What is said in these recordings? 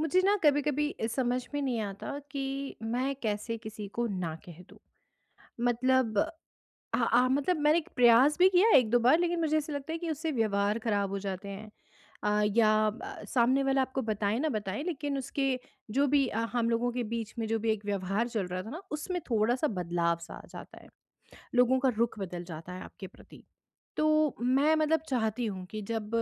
मुझे ना कभी-कभी समझ में नहीं आता कि मैं कैसे किसी को ना कह दूँ। मतलब मतलब मैंने एक प्रयास भी किया है 1-2 बार लेकिन मुझे ऐसा लगता है कि उससे व्यवहार ख़राब हो जाते हैं। या सामने वाला आपको बताए ना बताए लेकिन उसके जो भी हम लोगों के बीच में जो भी एक व्यवहार चल रहा था ना उसमें थोड़ा-सा बदलाव-सा आ जाता है। लोगों का रुख बदल जाता है आपके प्रति। तो मैं मतलब चाहती हूँ कि जब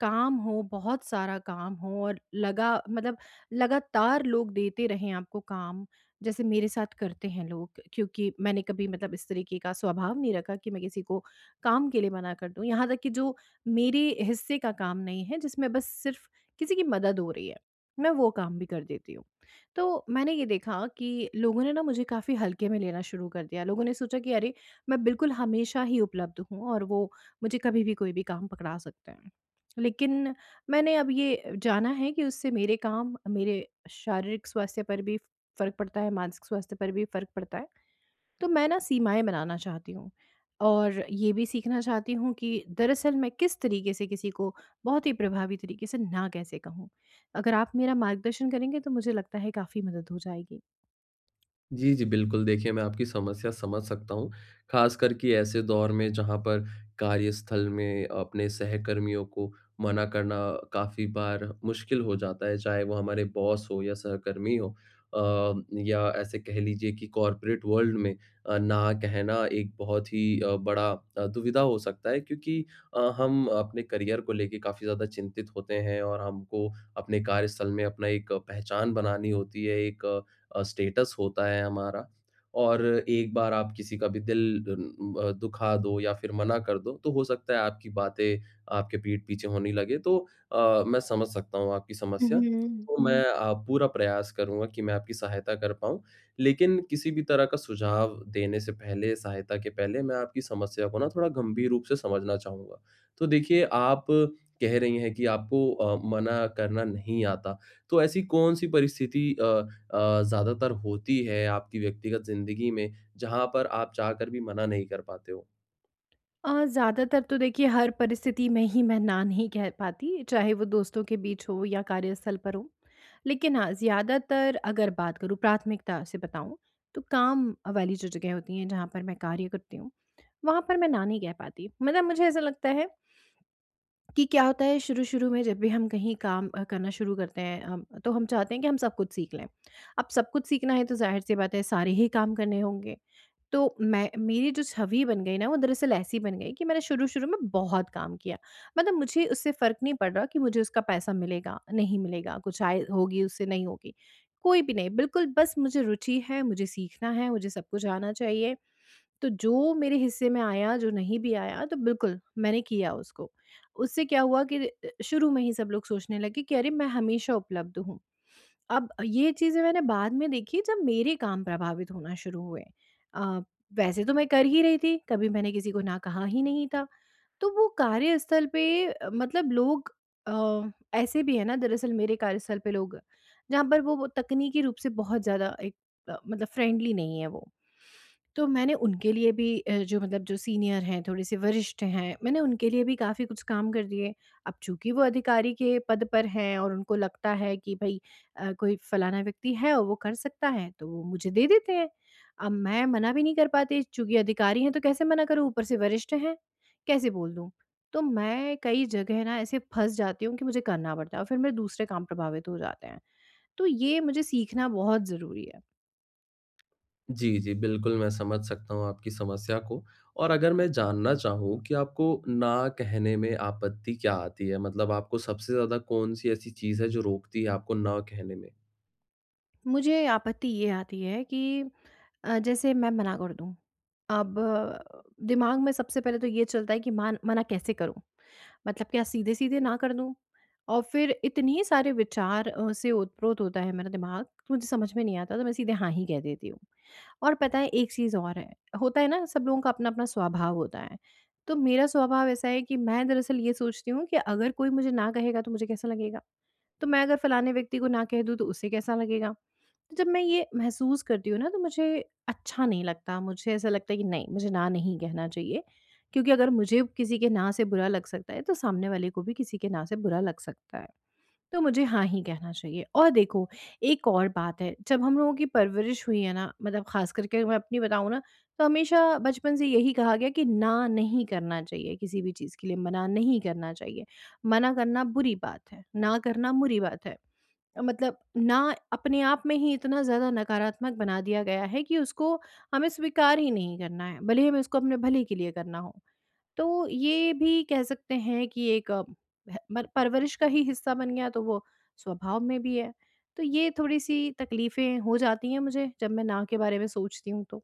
काम हो, बहुत सारा काम हो और लगा मतलब लगातार लोग देते रहें आपको काम, जैसे मेरे साथ करते हैं लोग क्योंकि मैंने कभी मतलब इस तरीके का स्वभाव नहीं रखा कि मैं किसी को काम के लिए मना कर दूँ। यहाँ तक कि जो मेरे हिस्से का काम नहीं है, जिसमें बस सिर्फ़ किसी की मदद हो रही है, मैं वो काम भी कर देती हूँ। तो मैंने ये देखा कि लोगों ने ना मुझे काफ़ी हल्के में लेना शुरू कर दिया। लोगों ने सोचा कि अरे! मैं बिल्कुल हमेशा ही उपलब्ध हूँ और वो मुझे कभी भी कोई भी काम पकड़ा सकते हैं। लेकिन मैंने अब ये जाना है कि उससे मेरे काम, मेरे शारीरिक स्वास्थ्य पर भी फ़र्क पड़ता है, मानसिक स्वास्थ्य पर भी फ़र्क पड़ता है। तो मैं ना सीमाएँ बनाना चाहती हूँ और ये भी सीखना चाहती हूँ कि दरअसल मैं किस तरीके से किसी को बहुत ही प्रभावी तरीके से ना कैसे कहूँ। अगर आप मेरा मार्गदर्शन करेंगे तो मुझे लगता है काफ़ी मदद हो जाएगी। जी, जी, बिल्कुल। देखिए, मैं आपकी समस्या समझ सकता हूँ, ख़ासकर कि ऐसे दौर में जहाँ पर कार्यस्थल में अपने सहकर्मियों को मना करना काफ़ी बार मुश्किल हो जाता है, चाहे वो हमारे बॉस हो या सहकर्मी हो। या ऐसे कह लीजिए कि कॉर्पोरेट वर्ल्ड में ना कहना एक बहुत ही बड़ा दुविधा हो सकता है क्योंकि हम अपने करियर को लेके काफ़ी ज़्यादा चिंतित होते हैं और हमको अपने कार्यस्थल में अपना एक पहचान बनानी होती है, एक स्टेटस होता है हमारा और एक बार आप किसी का भी दिल दुखा दो या फिर मना कर दो, तो हो सकता है आपकी बातें आपके पीठ पीछे होने लगे। तो मैं समझ सकता हूँ आपकी समस्या। पूरा प्रयास करूँगा कि मैं आपकी सहायता कर पाऊँ। लेकिन किसी भी तरह का सुझाव देने से पहले, सहायता के पहले मैं आपकी समस्या को ना थोड़ा गंभीर रूप से समझना चाहूँगा। तो देखिए, आप कह रही हैं कि आपको मना करना नहीं आता। तो ऐसी कौन-सी परिस्थिति ज़्यादातर होती है आपकी व्यक्तिगत ज़िंदगी में, जहाँ पर आप चाहकर भी मना नहीं कर पाते हो। ज़्यादातर तो देखिए हर परिस्थिति में ही मैं ना नहीं कह पाती, चाहे वो दोस्तों के बीच हो या कार्यस्थल पर हो। लेकिन हाँ, ज़्यादातर अगर बात करूँ प्राथमिकता से बताऊँ, तो काम वाली जो जगह होती हैं जहाँ पर मैं कार्य करती हूँ, वहाँ पर मैं ना नहीं कह पाती। मतलब मुझे ऐसा लगता है कि क्या होता है शुरू-शुरू में जब भी हम कहीं काम करना शुरू करते हैं तो हम चाहते हैं कि हम सब कुछ सीख लें। अब सब कुछ सीखना है तो ज़ाहिर-सी बात है सारे ही काम करने होंगे। तो मैं मेरी जो छवि बन गई ना वो दरअसल ऐसी बन गई कि मैंने शुरू-शुरू में बहुत काम किया। मतलब मुझे उससे फ़र्क नहीं पड़ रहा कि मुझे उसका पैसा मिलेगा, नहीं मिलेगा, कुछ आय होगी उससे, नहीं होगी, कोई भी नहीं। बिल्कुल बस मुझे रुचि है, मुझे सीखना है, मुझे सब कुछ आना चाहिए। तो जो मेरे हिस्से में आया, जो नहीं भी आया तो बिल्कुल मैंने किया उसको। उससे क्या हुआ कि शुरू में ही सब लोग सोचने लगे कि अरे! मैं हमेशा उपलब्ध हूँ। अब ये चीज़ें मैंने बाद में देखी जब मेरे काम प्रभावित होना शुरू हुए। अ, वैसे तो मैं कर ही रही थी, कभी मैंने किसी को ना कहा ही नहीं था। तो वो कार्यस्थल पे मतलब लोग अ, ऐसे भी है ना दरअसल मेरे कार्यस्थल पे लोग जहाँ पर वो तकनीकी रूप से बहुत ज़्यादा एक मतलब फ्रेंडली नहीं है वो। तो मैंने उनके लिए भी जो मतलब जो सीनियर हैं, थोड़े से वरिष्ठ हैं, मैंने उनके लिए भी काफ़ी कुछ काम कर दिए। अब चूँकि वो अधिकारी के पद पर हैं और उनको लगता है कि भई कोई फलाना व्यक्ति है और वो कर सकता है, तो वो मुझे दे देते हैं। अब मैं मना भी नहीं कर पाती, चूँकि अधिकारी हैं तो कैसे मना करूँ, ऊपर से वरिष्ठ हैं। कैसे बोल दूँ? तो मैं कई जगह ना ऐसे फँस जाती हूँ कि मुझे करना पड़ता है और फिर मेरे दूसरे काम प्रभावित हो जाते हैं। तो ये मुझे सीखना बहुत ज़रूरी है। जी, जी, बिल्कुल मैं समझ सकता हूँ आपकी समस्या को और अगर मैं जानना चाहूँ कि आपको ना कहने में आपत्ति क्या आती है? मतलब आपको सबसे ज़्यादा कौन-सी ऐसी चीज़ है जो रोकती है आपको ना कहने में? मुझे आपत्ति ये आती है कि जैसे मैं मना कर दूँ, अब दिमाग में सबसे पहले तो ये चलता है कि मान मना कैसे करूँ? मतलब क्या सीधे-सीधे ना कर दूँ? और फिर इतनी सारे विचार से ओत-प्रोत होता है मेरा दिमाग, मुझे समझ में नहीं आता तो मैं सीधे हाँ ही कह देती हूँ। और पता है एक चीज़ और है, होता है ना सब लोगों का अपना-अपना स्वभाव होता है, तो मेरा स्वभाव ऐसा है कि मैं दरअसल ये सोचती हूँ कि अगर कोई मुझे ना कहेगा तो मुझे कैसा लगेगा? तो मैं अगर फलाने व्यक्ति को ना कह दूँ तो उसे कैसा लगेगा? तो जब मैं ये महसूस करती हूँ ना तो मुझे अच्छा नहीं लगता, मुझे ऐसा लगता है कि नहीं, मुझे ना नहीं कहना चाहिए क्योंकि अगर मुझे किसी के ना से बुरा लग सकता है, तो सामने वाले को भी किसी के ना से बुरा लग सकता है। तो मुझे हाँ ही कहना चाहिए। और देखो, एक और बात है, जब हम लोगों की परवरिश हुई है ना, मतलब ख़ास करके मैं अपनी बताऊँ ना, तो हमेशा बचपन से यही कहा गया कि ना नहीं करना चाहिए, किसी भी चीज़ के लिए मना नहीं करना चाहिए। मना करना बुरी बात है, ना करना बुरी बात है। मतलब ना अपने आप में ही इतना ज़्यादा नकारात्मक बना दिया गया है कि उसको हमें स्वीकार ही नहीं करना है, भले ही हमें उसको अपने भले के लिए करना हो। तो ये भी कह सकते हैं कि एक ह मर परवरिश का ही हिस्सा बन गया, तो वो स्वभाव में भी है। तो ये थोड़ी-सी तकलीफ़ें हो जाती हैं मुझे, जब मैं ना के बारे में सोचती हूँ तो।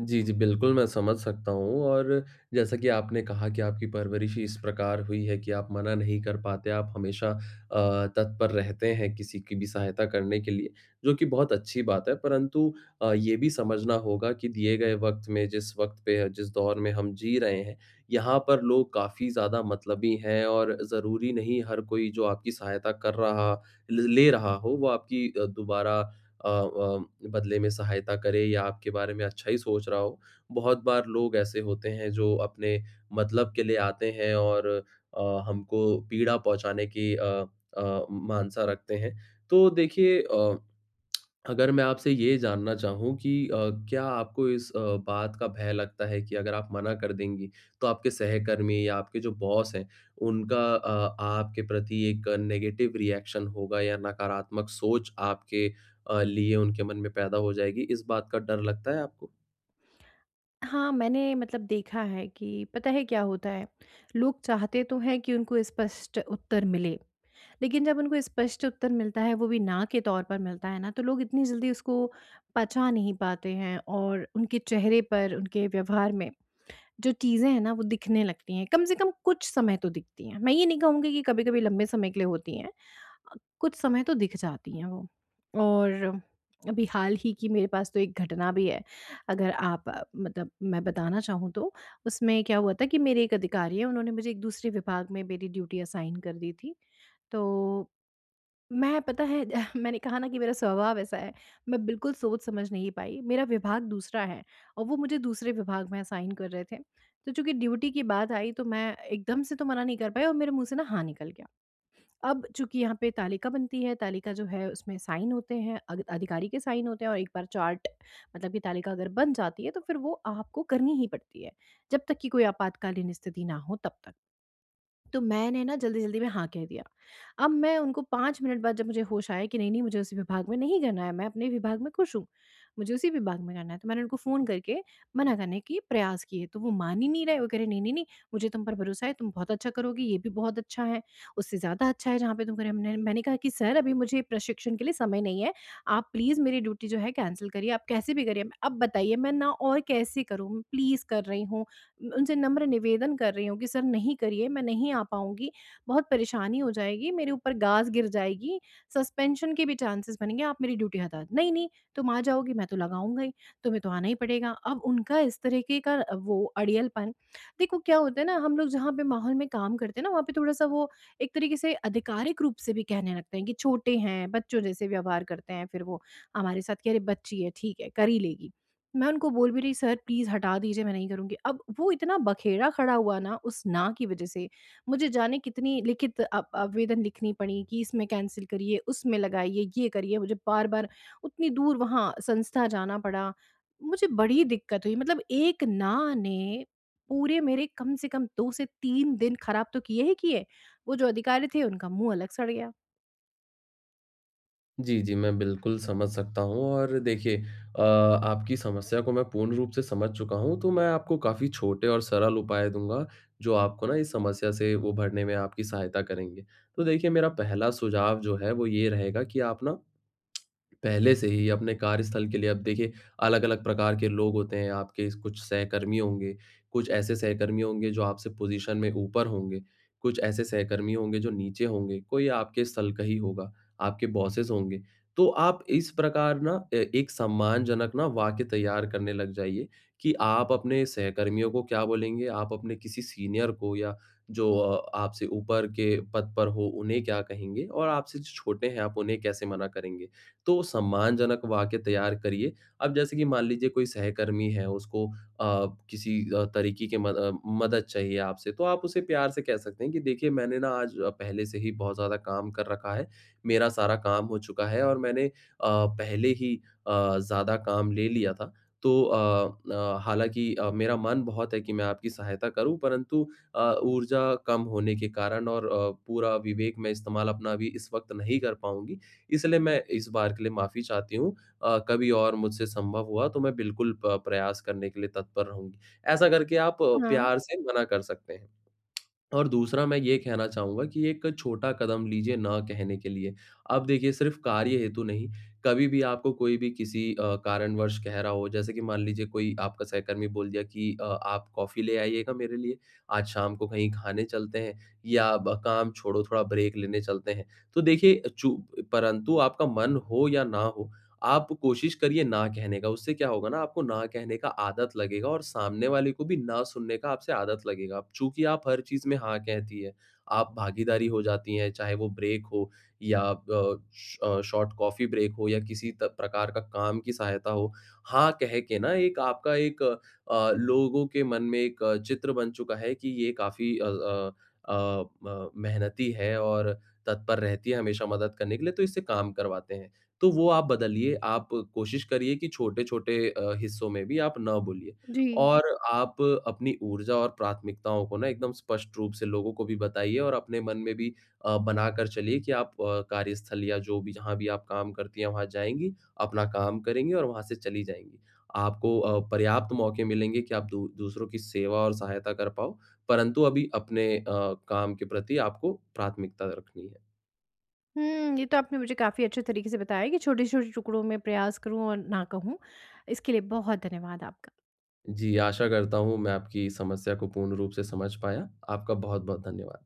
जी, जी, बिल्कुल, मैं समझ सकता हूँ और जैसा कि आपने कहा कि आपकी परवरिश ही इस प्रकार हुई है कि आप मना नहीं कर पाते, आप हमेशा तत्पर रहते हैं किसी की भी सहायता करने के लिए, जो कि बहुत अच्छी बात है। परंतु ये भी समझना होगा कि दिए गए वक़्त में, जिस वक़्त पे, जिस दौर में हम जी रहे हैं, यहाँ पर लोग काफ़ी ज़्यादा मतलबी हैं और ज़रूरी नहीं हर कोई जो आपकी सहायता कर रहा ल ले रहा हो, वो आपकी दोबारा अ अ, बदले में सहायता करे या आपके बारे में अच्छा ही सोच रहा हो। बहुत बार लोग ऐसे होते हैं जो अपने मतलब के लिए आते हैं और हमको पीड़ा पहुँचाने की मानसा रखते हैं। तो देखिए अगर मैं आपसे ये जानना चाहूँ कि क्या आपको इस बात का भय लगता है कि अगर आप मना कर देंगी, तो आपके सहकर्मी या आपके जो बॉस हैं, उनका आपके प्रति एक नेगेटिव रिएक्शन होगा या नकारात्मक सोच आपके लिए उनके मन में पैदा हो जाएगी, इस बात का डर लगता है आपको? हाँ, मैंने मतलब देखा है कि पता है क्या होता है, लोग चाहते तो हैं कि उनको स्पष्ट उत्तर मिले, लेकिन जब उनको स्पष्ट उत्तर मिलता है, वो भी ना के तौर पर मिलता है ना, तो लोग इतनी जल्दी उसको पचा नहीं पाते हैं और उनके चेहरे पर, उनके व्यवहार में जो चीज़ें हैं ना वो दिखने लगती हैं, कम से कम कुछ समय तो दिखती हैं। मैं ये नहीं कहूँगी कि कभी-कभी लंबे समय के लिए होती हैं, कुछ समय तो दिख जाती हैं वो। और अभी हाल ही की मेरे पास तो एक घटना भी है, अगर आप मतलब मैं बताना चाहूँ तो, उसमें क्या हुआ था कि मेरे एक अधिकारी हैं, उन्होंने मुझे एक दूसरे विभाग में मेरी ड्यूटी असाइन कर दी थी। तो मैं पता है मैंने कहा ना कि मेरा स्वभाव ऐसा है, मैं बिल्कुल सोच समझ नहीं पाई। मेरा विभाग दूसरा है और वो मुझे दूसरे विभाग में असाइन कर रहे थे। तो चूँकि ड्यूटी की बात आई तो मैं एकदम से तो मना नहीं कर पाई और मेरे मुँह से ना हाँ निकल गया। अब चूँकि यहाँ पे तालिका बनती है, तालिका जो है उसमें साइन होते हैं, अग अधिकारी के साइन होते हैं और एक बार चार्ट मतलब कि तालिका अगर बन जाती है तो फिर वो आपको करनी ही पड़ती है, जब तक कि कोई आपातकालीन स्थिति ना हो तब तक। तो मैंने ना जल्दी-जल्दी में हाँ कह दिया। अब मैं उनको 5 मिनट बाद जब मुझे होश आया कि नहीं-नहीं मुझे उसी विभाग में नहीं करना है, मैं अपने विभाग में खुश हूँ, मुझे उसी विभाग में करना है। तो मैंने उनको फ़ोन करके मना करने की प्रयास किए, तो वो मान ही नहीं रहे, वो कह रहे नहीं-नहीं-नहीं मुझे तुम पर भरोसा है, तुम बहुत अच्छा करोगी, ये भी बहुत अच्छा है, उससे ज़्यादा अच्छा है जहाँ पे तुम कर रहे हो। हमने मैंने कहा कि सर अभी मुझे प्रशिक्षण के लिए समय नहीं है, आप प्लीज़ मेरी ड्यूटी जो है कैंसल करिए, आप कैसे भी करिए। अब बताइए मैं ना और कैसे करूँ? मैं प्लीज़ कर रही हूँ, उनसे नम्र निवेदन कर रही हूँ कि सर नहीं करिए, मैं नहीं आ पाऊँगी, बहुत परेशानी हो जाएगी, मेरे ऊपर गाज़ गिर जाएगी, सस्पेंशन के भी चांसेस बनेंगे, आप मेरी ड्यूटी हटा दें। नहीं, नहीं, तुम आ जाओगी, मैं तो लगाऊँगा ही, तुम्हें तो आना ही पड़ेगा। अब उनका इस तरीके का वो अड़ियलपन देखो क्या होता है ना हम लोग जहाँ पे माहौल में काम करते हैं ना, वहाँ पे थोड़ा-सा वो एक तरीके से आधिकारिक रूप से भी कहने लगते हैं कि छोटे हैं, बच्चों जैसे व्यवहार करते हैं, फिर वो हमारे साथ कि अरे बच्ची है, ठीक है, कर ही लेगी। मैं उनको बोल भी रही सर प्लीज़ हटा दीजिए मैं नहीं करूँगी। अब वो इतना बखेड़ा खड़ा हुआ ना उस ना की वज़ह से, मुझे जाने कितनी लिखित आवेदन लिखनी पड़ी कि इसमें कैंसल करिए, उसमें लगाइए, ये करिए, मुझे बार-बार उतनी दूर वहाँ संस्था जाना पड़ा। मुझे बड़ी दिक्कत हुई मतलब एक ना ने पूरे मेरे कम से कम 2 से 3 दिन खराब तो किए ही किए। वो जो अधिकारी थे उनका मुँह अलग सड़ गया। जी, जी, मैं बिल्कुल समझ सकता हूँ और देखिए आपकी समस्या को मैं पूर्ण रूप से समझ चुका हूँ, तो मैं आपको काफ़ी छोटे और सरल उपाय दूँगा, जो आपको ना इस समस्या से उभरने में आपकी सहायता करेंगे। तो देखिए मेरा पहला सुझाव जो है वो ये रहेगा कि आप ना पहले से ही अपने कार्यस्थल के लिए अब देखिए अलग-अलग प्रकार के लोग होते हैं, आपके कुछ सहकर्मी होंगे, कुछ ऐसे सहकर्मी होंगे जो आपसे पोजीशन में ऊपर होंगे, कुछ ऐसे सहकर्मी होंगे जो नीचे होंगे, कोई आपके स्थल का ही होगा, आपके बॉसेस होंगे। तो आप इस प्रकार ना एक सम्मानजनक ना वाक्य तैयार करने लग जाइए कि आप अपने सहकर्मियों को क्या बोलेंगे, आप अपने किसी सीनियर को या जो आपसे ऊपर के पद पर हो, उन्हें क्या कहेंगे और आपसे जो छोटे हैं, आप उन्हें कैसे मना करेंगे। तो सम्मानजनक वाक्य तैयार करिए। अब जैसे कि मान लीजिए कोई सहकर्मी है, उसको किसी तरीके के मदद चाहिए आपसे, तो आप उसे प्यार से कह सकते हैं कि देखिए मैंने ना आज पहले से ही बहुत ज़्यादा काम कर रखा है, मेरा सारा काम हो चुका है और मैंने पहले ही ज़्यादा काम ले लिया था। तो हालाँकि मेरा मन बहुत है कि मैं आपकी सहायता करूँ, परंतु ऊर्जा कम होने के कारण और पूरा विवेक मैं इस्तेमाल अपना अभी इस वक़्त नहीं कर पाऊँगी। इसलिए मैं इस बार के लिए माफ़ी चाहती हूँ। कभी और मुझसे संभव हुआ तो मैं बिल्कुल प प्रयास करने के लिए तत्पर रहूँगी। ऐसा करके आप हाँ, प्यार से मना कर सकते हैं। और दूसरा मैं ये कहना चाहूँगा कि एक छोटा कदम लीजिए ना कहने के लिए। अब देखिए सिर्फ़ कार्य हेतु नहीं, कभी भी आपको कोई भी किसी कारणवश कह रहा हो, जैसे कि मान लीजिए कोई आपका सहकर्मी बोल दिया कि आप कॉफ़ी ले आइएगा मेरे लिए, आज शाम को कहीं खाने चलते हैं या ब काम छोड़ो थोड़ा ब्रेक लेने चलते हैं। तो देखिए चू परंतु आपका मन हो या ना हो आप कोशिश करिए ना कहने का, उससे क्या होगा ना आपको ना कहने का आदत लगेगा और सामने वाले को भी ना सुनने का आपसे आदत लगेगा। चूँकि आप हर चीज़ में हाँ कहती हैं, आप भागीदारी हो जाती हैं, चाहे वो ब्रेक हो या शॉर्ट कॉफ़ी ब्रेक हो या किसी त प्रकार का काम की सहायता हो। हाँ कह के ना एक आपका एक लोगों के मन में एक चित्र बन चुका है कि ये काफ़ी अ अ अ, म मेहनती है और तत्पर रहती है हमेशा मदद करने के लिए, तो इससे काम करवाते हैं। तो वो आप बदलिए, आप कोशिश करिए कि छोटे-छोटे हिस्सों में भी आप ना बोलिए जी। और आप अपनी ऊर्जा और प्राथमिकताओं को ना एकदम स्पष्ट रूप से लोगों को भी बताइए और अपने मन में भी बनाकर चलिए कि आप कार्यस्थल या जो भी जहाँ भी आप काम करती हैं, वहाँ जाएँगी, अपना काम करेंगी और वहाँ से चली जाएँगी। आपको पर्याप्त मौके मिलेंगे कि आप दू दूसरों की सेवा और सहायता कर पाओ, परंतु अभी अपने काम के प्रति आपको प्राथमिकता रखनी है। हुँ, ये तो आपने मुझे काफ़ी अच्छे तरीके से बताया कि छोटे-छोटे टुकड़ों में प्रयास करूँ और ना कहूँ। इसके लिए बहुत धन्यवाद आपका। जी, आशा करता हूँ मैं आपकी समस्या को पूर्ण रूप से समझ पाया। आपका बहुत-बहुत धन्यवाद।